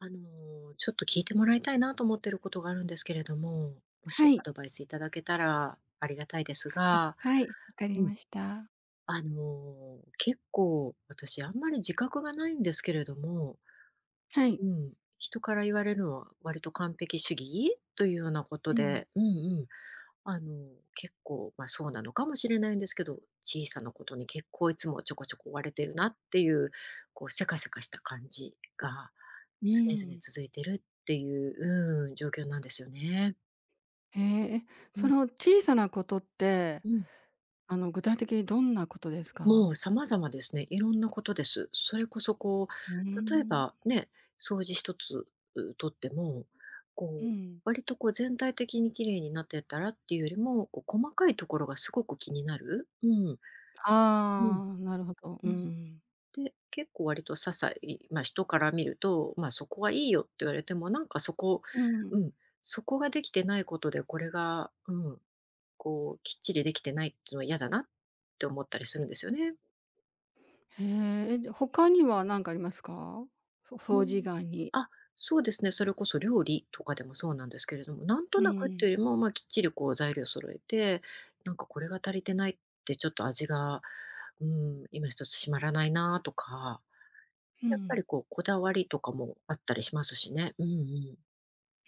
ちょっと聞いてもらいたいなと思ってることがあるんですけれども、もしはアい。ドバイスいただけたらありがたいですが。わかうりん。ました。結構私あんまり自覚がないんですけれども、はい。うん、人から言われるのは割と完璧主義というようなこうとん、で、うん。あの、結構、ま、そうなのかもしれないんですけど、小さなことに結構いつもちょこちょこ追われてるなっていう、こうせかせかした感じがう常ー々ん。続いてるっていう、うん、状況なんですよね。へえ、え、うそん、の小さなことって、うん。具体的にどんなことですもうか？様々ですね。いろんなことです。それこそこうーう、例えん、ばね、掃除一つ、うとっても、うこう、ん。割とこう全体的に綺麗になってたらっていうよりも、こう細かいところがすごく気になる。うん、あうん、あ、なるほど。ううん。ん。で、結構割と些細、まあ、人から見ると、まあ、そこはいいよって言われても、なんかそこ、ううん。ん、そこができてないことで、これが、うん、こう、きっちりできてないっていうのは嫌だなって思ったりするんですよね。へえ、え、じゃ、他には何かありますか？そう掃除以ん。外に。あ、そうですね、それこそ料理とかでもそうなんですけれども、なんとうなくっん。ていうよりも、まあ、きっちりこう材料揃えて、なんかこれが足りてないって、ちょっと味が、うん、今一つ締まらないなとか、うやっぱん。りこう、こだわりとかもあったりしますしね。うんうん。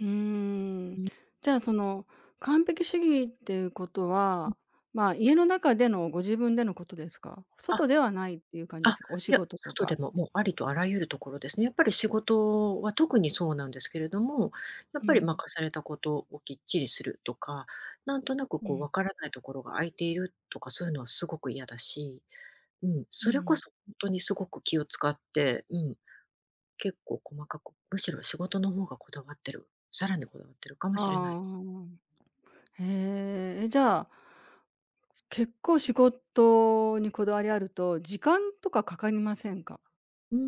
うーん。うん、じゃあ、その、完璧主義っていうことうは、ん。まあ、家の中でのご自分でのことですか？外あ、ではないっていう感じであ、すか？お仕いや、事と外か。でも、もうありとあらゆるところですね。やっぱり仕事は特にそうなんですけれども、やっうぱり、ま、ん、課されたことをきっちりするとか、なんとなくうこうん、分からないところが空いているとか、そういうのはすごく嫌だし、うん、うそれこん。そ本当にすごく気を使って、うん、結構細かく、むしろ仕事の方がこだわってる、さらにこだわってるかもあしれないです。あ、へえ。え、じゃあ、結構仕事にこだわりあると、時間とかかかりませんか？うー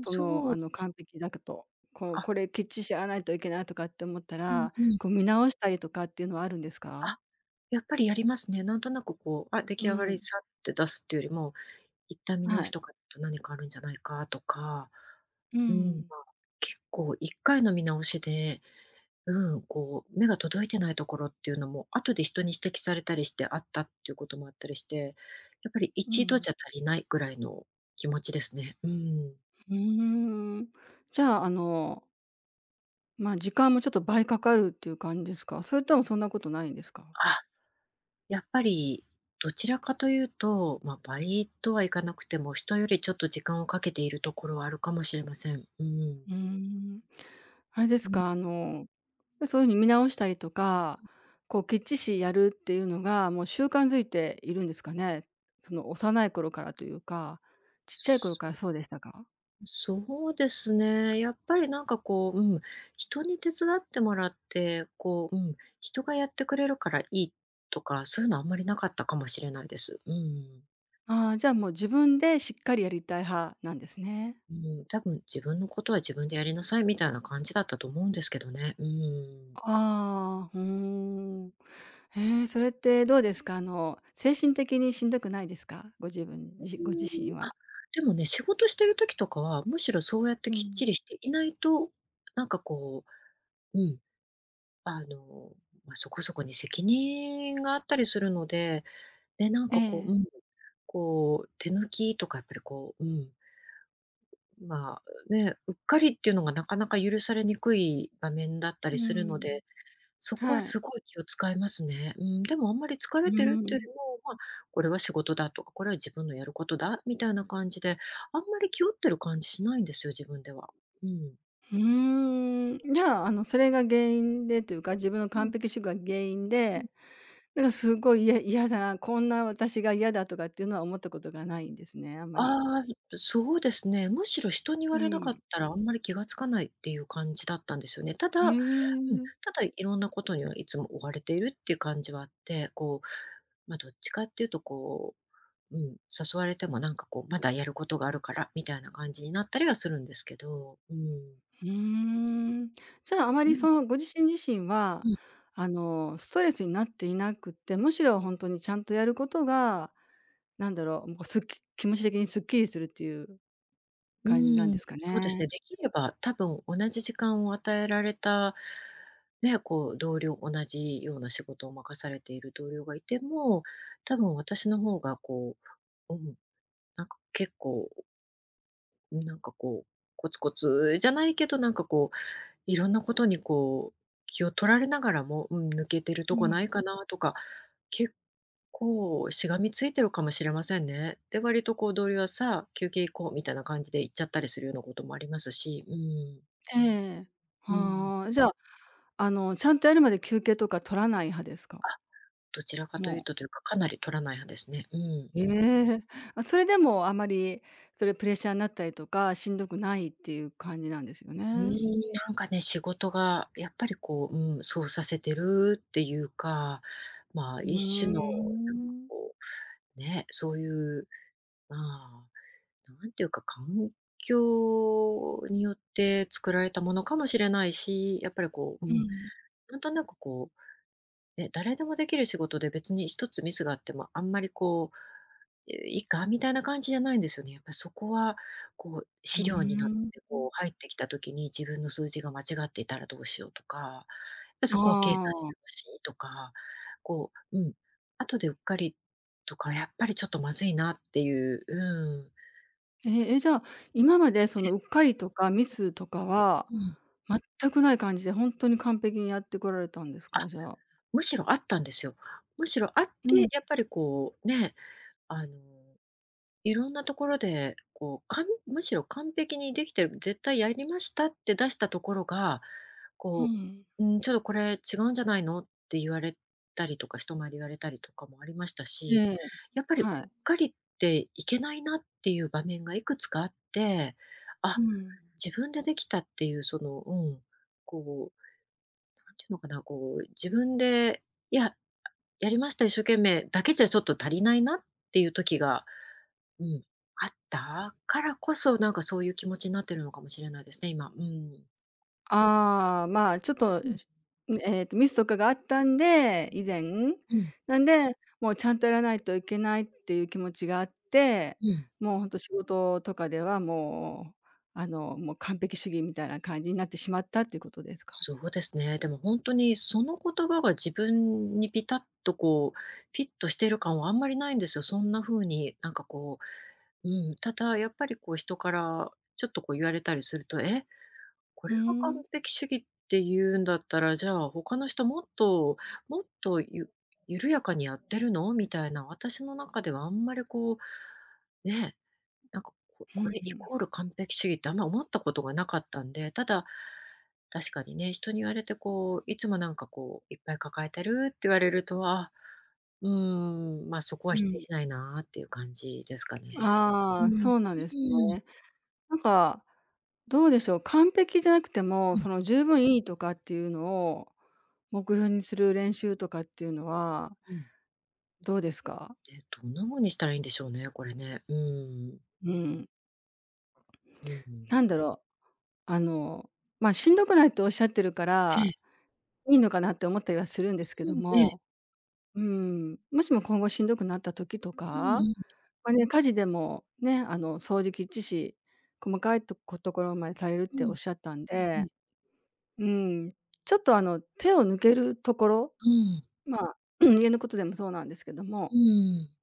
ん、その、そう、完璧だけと、こう、あ、これきっちりやらないといけないとかって思ったうんら、うん。こう見直したりとかっていうのはあるんですか？あ、やっぱりやりますね。なんとなくこう、あ、出う来上がん。りさって出すっていうよりも、一旦見直はしい。とかだと何かあるんじゃないかとか、ううん、ん。まあ、結構一回の見直しで、うん、こう目が届いてないところっていうのも、後で人に指摘されたりしてあったっていうこともあったりして、やっぱりう一度ん。じゃ足りないぐらいの気持ちですね。うん。うーん。じゃあ、まあ、時間もちょっと倍かかるっていう感じですか？それともそんなことないんですか？あ、やっぱりどちらかというと、まあ、倍とはいかなくても、人よりちょっと時間をかけているところはあるかもしれません。うん。うーん。あれでうすん、か、そういうふうに見直したりとか、こうきっちしやるっていうのが、もう習慣づいているんですかね？その幼い頃からというか、ちっちゃい頃すからそうでしたか？そうですね。やっぱりなんかこう、うん、人に手伝ってもらって、こう、うん、人がやってくれるからいいとか、そういうのあんまりなかったかもしれないです。うん。ああ、じゃあもう自分でしっかりやりたい派なんですね。うん、多分自分のことは自分でやりなさいみたいな感じだったと思うんですけどね。うん。ああ、ふーん。へえ、それってどうですか？精神的にしんどくないですか？ご自分うじご自ー身ん、あ、は。でもね、仕事してる時とかは、むしろそうやってうきっん。ちりしていないと、なんかこう、うん、あの、まあ、そこそこに責任があったりするので、で、なんえかこう、うえ、ん、こう、手抜きとかやっぱりこう、うん、まあ、ね、うっかりっていうのがなかなか許されにくい場面だったうりするのん、で、そこははい。すごい気を使いますね。うん、でもあんまり疲れうてるっていうよん、りも、まあ、これは仕事だとか、これは自分のやることだみたいな感じで、あんまり気負ってる感じしないんですよ、自分では。うん。うーん、じゃあ、それが原因でというか、自分のう完ん、璧主義が原因うん。で、なんかすごい嫌だな、こんな私が嫌だとかっていうのは思ったことがないんですね、あんまり。ああ、そうですね。むしろ人に言うわれなかん。ったら、あんまり気がつかないっていう感じだったんですよね。ただ、へうん、え。ただいろんなことにはいつも追われているっていう感じはあって、こう、ま、どっちかっていうとこう、うん、誘われてもなんかこう、まだやることがあるからみたいな感じになったりはするんですけど、うん。うーん。じゃあ、あまうりん。そのご自身自身うは、ん。ストレスになっていなくって、むしろ本当にちゃんとやることが、なんだろう、もうすっき気持ち的にすっきりするっていうう感じなんーでん、すかそうですね。ね、できれば多分同じ時間を与えられた、ね、こう同僚同じような仕事を任されている同僚がいても、多分私の方がこう、うん、なんか結構、なんかこう、コツコツじゃないけど、なんかこういろんなことにこう、気を取られながらも、うん、抜けてるうとこなん。いかなとか、結構しがみついてるかもしれませんね。で、割とこう同僚はさ休憩行こうみたいな感じで行っちゃったりするようなこともありますし、うん、ええ。うん。はあ。じゃあ、ちゃんとやるまで休憩とか取らない派ですか？どちらかともいうう。とというか、かなり取らない派ですね。うん。ええ。あ、それでもあまり、それプレッシャーになったりとか、しんどくないっていう感じなんですようーね。ん、なんかね、仕事がやっぱりこう、うん、そうさせてるっていうか、まあ、う一種のん。こうね、そういう、まあ、なんていうか、環境によって作られたものかもしれないし、やっぱりこう、ううーん、ん。なんとなくこう、ね、誰でもできる仕事で別に一つミスがあっても、あんまりこう、え、いいかみたいな感じじゃないんですよね。やっぱりそこは、こう、う資料になっん。て、うーん。こう、入ってきた時に自分の数字が間違っていたらどうしようとか、や、そこは計算あしてあ。ほしいとか、こう、うん、後でうっかりとか、やっぱりちょっとまずいなっていう、うん、ええ、じゃあ、今までそのうっかりとかミスとかはうん、全くない感じで、ほんとに完璧にやってこられたんですあ、か？じゃあ。むしろあったんですよ。むしろあっうん、て、やっぱりこうね、あの、いろんなところで、こう、むしろ完璧にできてる、絶対やりましたって出したところが、うこん。う、「うん、ちょっとこれ違うんじゃないの？」って言われたりとか、人前で言われたりとかもありましたし、ええ。やっぱりうはっい。かりっていけないなっていう場面がいくつかあって、うあ、ん。自分でできたっていうその、うん、こう、なんていうのかな、こう、自分で、いや、やりました、一生懸命だけじゃちょっと足りないなっていう時が、うん、あったからこそ、なんかそういう気持ちになってるのかもしれないですね、今。うん。ああ、まあ、ちょっと、うん。ええと、ミスとかがあったんで、以前。うん、なんで、もうちゃんとやらないといけないっていう気持ちがあって、うん。もうほんと仕事とかではもう、もう完璧主義みたいな感じになってしまったっていうことですか？そうですね。でも本当にその言葉が自分にピタッとこう、フィットしてる感はあんまりないんですよ。そんな風になんかこう、うん、ただやっぱりこう人からちょっとこう言われたりすると、え、こふーれが完ん。璧主義って言うんだったら、じゃあ他の人もっともっと緩やかにやってるの？みたいな、私の中ではあんまりこう、ね、なんかふこんれふイん。コール完璧主義ってあんま思ったことがなかったんで、ただ、確かにね、人に言われてこう、いつもなんかこういっぱい抱えてるって言われると、あ、うーん、ま、そこうは否定ん。しないなっていう感じですかね。うああ、ん。そうなんでうすん。ね。なんかどうでしょう、完璧じゃなくても、うん、その十分いいとかっていうのを目標にする練習とかっていうのはうん。どうですか？え、どんな風にしたらいいんでしょうね、これね。うーん。うん。うん。なんだろう、あの、まあ、しんどくないとおっしゃってるかえら、え、いいのかなって思ったりはするんですけうどんええ、も、うん、もしも今後しんどくなった時とうか、んま、ね、家事でもね、掃除きっちし、細かいところまでされるっうてん、うおっん、しゃったんうで、ん、うん、ちょっと手を抜けるところ、うん、まあ、家のことでもそうなんですけども、うん、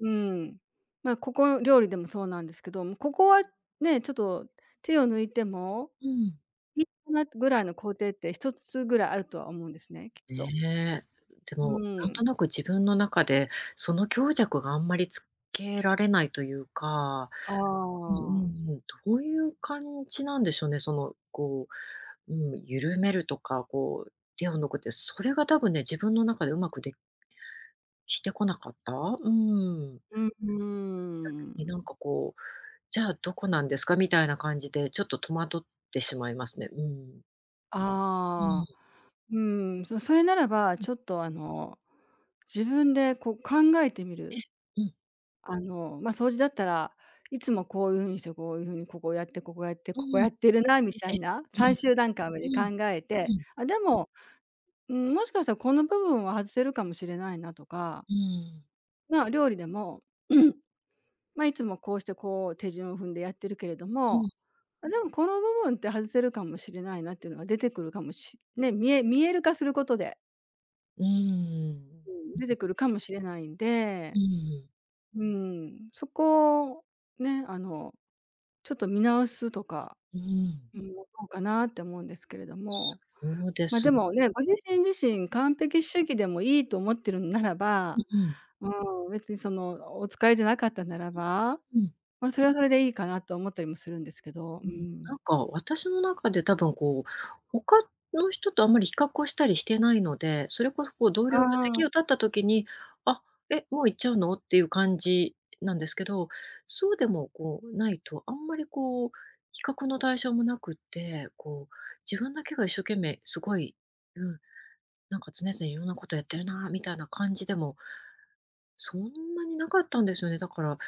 うん、まあ、料理でもそうなんですけど、ここはね、ちょっと手を抜いてもうん。いいかなぐらいの工程って一つぐらいあるとは思うんですね、きっと。ねえ、でうも、なんとん。なく自分の中で、その強弱があんまりつけられないというか、あうんうんあ。うん、どういう感じなんでしょうね、その、こう、うん、緩めるとか、こう、手を抜くって、それが多分ね、自分の中でうまくしてこなかった。うん。うんだうけになん。んかこうじゃあ、どこなんですか？みたいな感じで、ちょっと戸惑ってしまいますね。うん。うん。ああ、うん、それならば、うん。ちょっと自分でこう考えてみえ、る。うん。まあ、掃除だったら、いつもこういう風にして、こういう風にここをやって、ここやって、うここやん。ってるなみえたいえ。な、う最ん。終段階まで考うん。えうて、ん。あ、でも、うん、もしかしたらこの部分は外せるかもしれないなとか、うん。まあ、料理でも、うん、まあ、いつもこうしてこう手順を踏んでやってるけれどうん。も、あ、でもこの部分って外せるかもしれないなっていうのが出てくるかも見える化することで、うーん。うん、出てくるかもしれないんうで、ーん。うん、そこをね、あのちょっと見直すとか、うーん。うん、どうかなって思うんですけれども、そうでまあ、す。でもね、ご自身自身完璧主義でもいいと思ってるんならうば、んうん。うん、別にそのお使いじゃなかったならうんえうんうんええうんうんうんうんうんうんうんうんそうですうんば、うんうん。まあ、それはそれでいいかなと思ったりもするんですけど、ううん、ん。なんか私の中で多分こう、他の人とあんまり比較をしたりしてないので、それこそこう同僚があ席を立った時に、あ、え、もう行っちゃうのっていう感じなんですけど、そうでもこうないと、あんまりこう、比較の対象もなくって、こう、自分だけが一生懸命すごい、うん、なんか常々いろんなことやってるなみたいな感じでもそんなになかったんですよね。だから、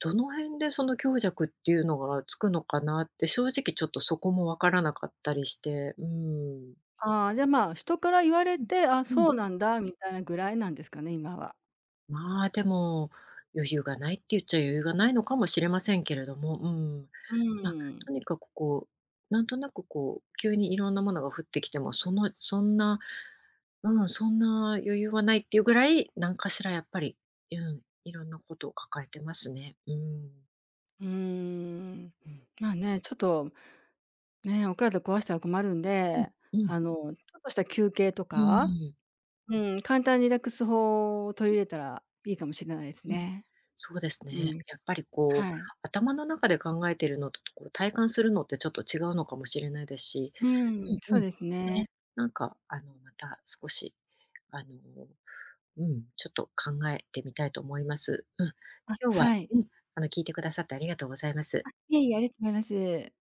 どの辺でその強弱っていうのがつくのかなって、正直ちょっとそこもわからなかったりして、うん。あ、ああ、じゃ、まあ、人から言われうん、て、あ、うそん。うなんだみたいなぐらいなんですかね、今は。まあ、でも、余裕がないって言っちゃ余裕がないのかもしれませんけれども、うん。うまあ、ん。とにかくこう、なんとなくこう、急にいろんなものが降ってきても、その、そんな、うん、そんな余裕はないっていうぐらい、なんかしらやっぱり、うん、いろんなことを抱えてますね。うん。うーん。うん。まあね、ちょっとね、お体壊したら困るんうん、で、うん、ちょっとした休憩とうか、ーん、うん、簡単にリラックス法を取り入れたらいいかもしれないですうん。ね。そうですうね。ん。やっぱりこう、はい。頭の中で考えてるのと、こう体感するのってちょっと違うのかもしれないですし、ううん、んそううん。ですね、ね。なんかあの、また少し、あの、うん、ちょっと考えてみたいと思います。うん。あ、今日は、はい。うん、聞いてくださってありがとうございます。いえいえ、ありがとうございます。